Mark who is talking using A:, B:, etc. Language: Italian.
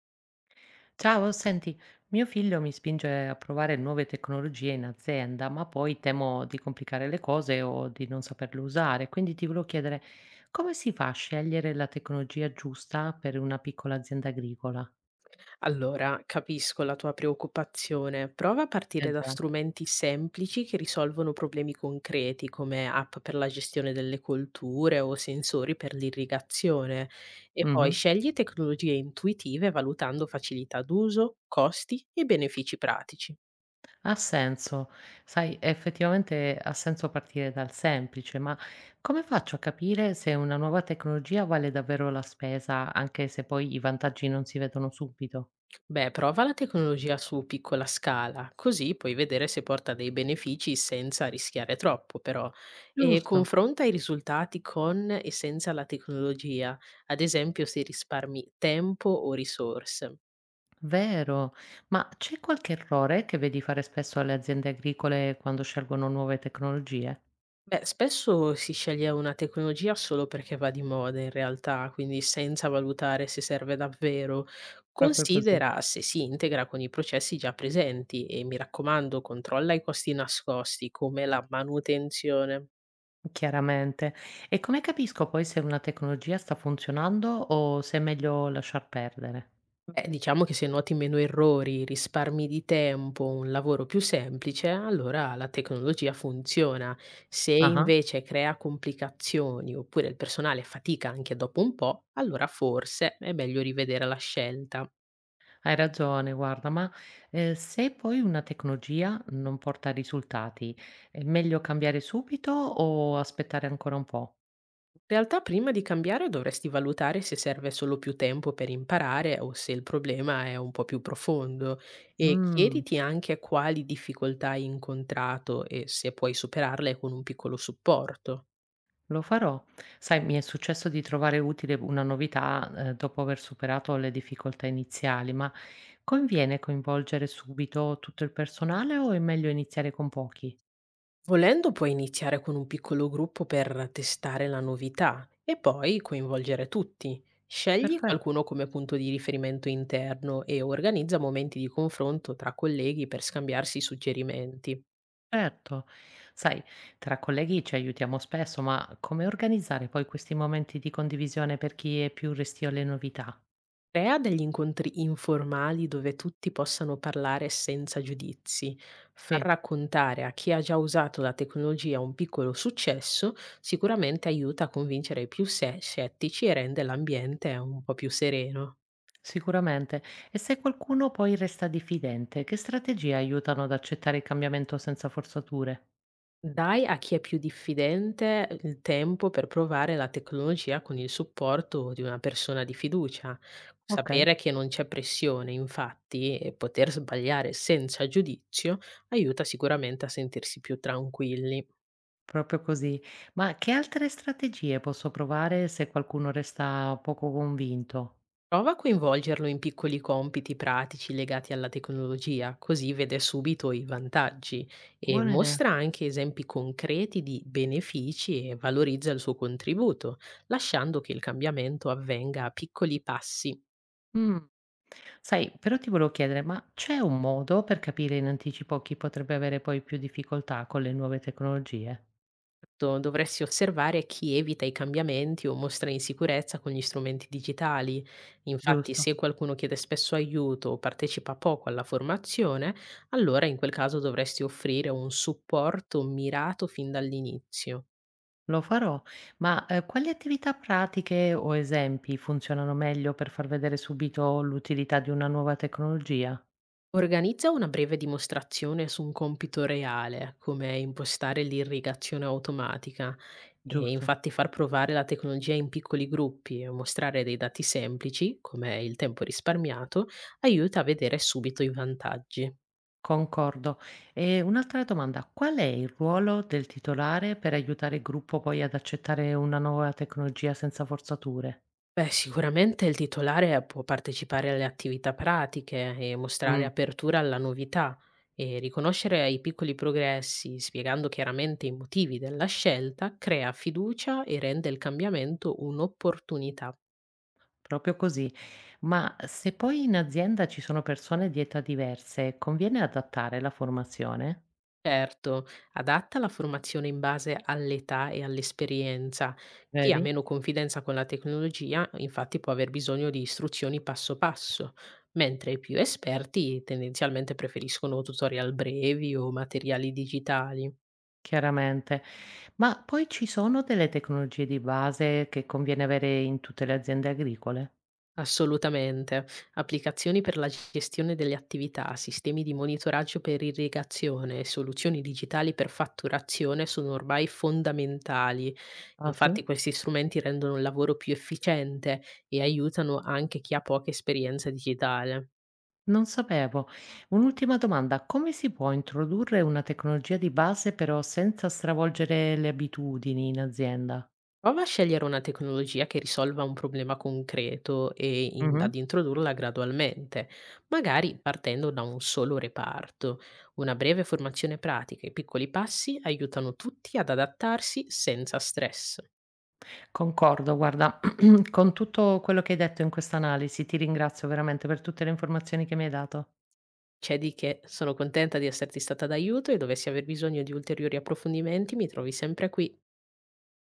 A: Ciao, senti, mio figlio mi spinge a provare nuove tecnologie in azienda, ma poi temo di complicare le cose o di non saperle usare. Quindi ti volevo chiedere come si fa a scegliere la tecnologia giusta per una piccola azienda agricola?
B: Allora, capisco la tua preoccupazione. Prova a
A: Eh
B: partire da
A: già.
B: strumenti semplici che risolvono problemi concreti, come app per la gestione delle colture o sensori per l'irrigazione. E poi
A: Mhm.
B: scegli tecnologie intuitive valutando facilità d'uso, costi e benefici pratici.
A: Ha senso, sai, effettivamente ha senso partire dal semplice, ma come faccio a capire se una nuova tecnologia vale davvero la spesa, anche se poi i vantaggi non si vedono subito?
B: Beh, prova la tecnologia su piccola scala, così puoi vedere se porta dei benefici senza rischiare troppo, però. E
A: Giusto.
B: confronta i risultati con e senza la tecnologia, ad esempio se risparmi tempo o risorse.
A: Vero, ma c'è qualche errore che vedi fare spesso alle aziende agricole quando scelgono nuove tecnologie?
B: Beh, spesso si sceglie una tecnologia solo perché va di moda in realtà, quindi senza valutare se serve davvero.
A: Proprio così,
B: Considera se si integra con i processi già presenti e mi raccomando, controlla i costi nascosti come la manutenzione.
A: chiaramente. E come capisco poi se una tecnologia sta funzionando o se è meglio lasciar perdere?
B: Diciamo che se noti meno errori, risparmi di tempo, un lavoro più semplice, allora la tecnologia funziona. Se
A: Ah,
B: invece crea complicazioni oppure il personale fatica anche dopo un po', allora forse è meglio rivedere la scelta.
A: hai ragione, guarda, ma se poi una tecnologia non porta risultati, è meglio cambiare subito o aspettare ancora un po'?
B: In realtà prima di cambiare dovresti valutare se serve solo più tempo per imparare o se il problema è un po' più profondo e
A: Mm.
B: chiediti anche quali difficoltà hai incontrato e se puoi superarle con un piccolo supporto.
A: Lo farò. Sai, mi è successo di trovare utile una novità, dopo aver superato le difficoltà iniziali, ma conviene coinvolgere subito tutto il personale o è meglio iniziare con pochi?
B: Volendo puoi iniziare con un piccolo gruppo per testare la novità e poi coinvolgere tutti. Scegli
A: Perfetto,
B: qualcuno come punto di riferimento interno e organizza momenti di confronto tra colleghi per scambiarsi suggerimenti.
A: certo. Sai, tra colleghi ci aiutiamo spesso, ma come organizzare poi questi momenti di condivisione per chi è più restio alle novità?
B: Crea degli incontri informali dove tutti possano parlare senza giudizi. Far
A: Sì,
B: raccontare a chi ha già usato la tecnologia un piccolo successo sicuramente aiuta a convincere i più scettici e rende l'ambiente un po' più sereno.
A: sicuramente. E se qualcuno poi resta diffidente, che strategie aiutano ad accettare il cambiamento senza forzature?
B: Dai a chi è più diffidente il tempo per provare la tecnologia con il supporto di una persona di fiducia.
A: Ok.
B: Sapere che non c'è pressione, infatti, e poter sbagliare senza giudizio aiuta sicuramente a sentirsi più tranquilli.
A: Proprio così. Ma che altre strategie posso provare se qualcuno resta poco convinto?
B: Prova a coinvolgerlo in piccoli compiti pratici legati alla tecnologia, così vede subito i vantaggi e
A: Buona idea.
B: mostra anche esempi concreti di benefici e valorizza il suo contributo, lasciando che il cambiamento avvenga a piccoli passi.
A: Mm. Sai, però ti volevo chiedere, ma c'è un modo per capire in anticipo chi potrebbe avere poi più difficoltà con le nuove tecnologie?
B: Esatto, dovresti osservare chi evita i cambiamenti o mostra insicurezza con gli strumenti digitali. Infatti,
A: Giusto.
B: se qualcuno chiede spesso aiuto o partecipa poco alla formazione, allora in quel caso dovresti offrire un supporto mirato fin dall'inizio.
A: Lo farò, ma quali attività pratiche o esempi funzionano meglio per far vedere subito l'utilità di una nuova tecnologia?
B: Organizza una breve dimostrazione su un compito reale, come impostare l'irrigazione automatica. E
A: Giusto.
B: infatti far provare la tecnologia in piccoli gruppi e mostrare dei dati semplici, come il tempo risparmiato, aiuta a vedere subito i vantaggi.
A: Concordo. E un'altra domanda, qual è il ruolo del titolare per aiutare il gruppo poi ad accettare una nuova tecnologia senza forzature?
B: Beh, sicuramente il titolare può partecipare alle attività pratiche e mostrare
A: Mh,
B: apertura alla novità e riconoscere i piccoli progressi, spiegando chiaramente i motivi della scelta, crea fiducia e rende il cambiamento un'opportunità.
A: proprio così. Ma se poi in azienda ci sono persone di età diverse, conviene adattare la formazione?
B: Certo, adatta la formazione in base all'età e all'esperienza. Chi ha
A: Vedi?
B: meno confidenza con la tecnologia, infatti, può aver bisogno di istruzioni passo passo, mentre i più esperti tendenzialmente preferiscono tutorial brevi o materiali digitali.
A: Chiaramente. Ma poi ci sono delle tecnologie di base che conviene avere in tutte le aziende agricole?
B: Assolutamente. Applicazioni per la gestione delle attività, sistemi di monitoraggio per irrigazione e soluzioni digitali per fatturazione sono ormai fondamentali.
A: Ah, sì?
B: Infatti questi strumenti rendono il lavoro più efficiente e aiutano anche chi ha poca esperienza digitale.
A: Non sapevo. Un'ultima domanda, come si può introdurre una tecnologia di base però senza stravolgere le abitudini in azienda?
B: Prova a scegliere una tecnologia che risolva un problema concreto e
A: Mh-mh.
B: ad introdurla gradualmente, magari partendo da un solo reparto. Una breve formazione pratica e piccoli passi aiutano tutti ad adattarsi senza stress.
A: Concordo, guarda, con tutto quello che hai detto in questa analisi, ti ringrazio veramente per tutte le informazioni che mi hai dato.
B: C'è di che, sono contenta di esserti stata d'aiuto e dovessi aver bisogno di ulteriori approfondimenti mi trovi sempre qui.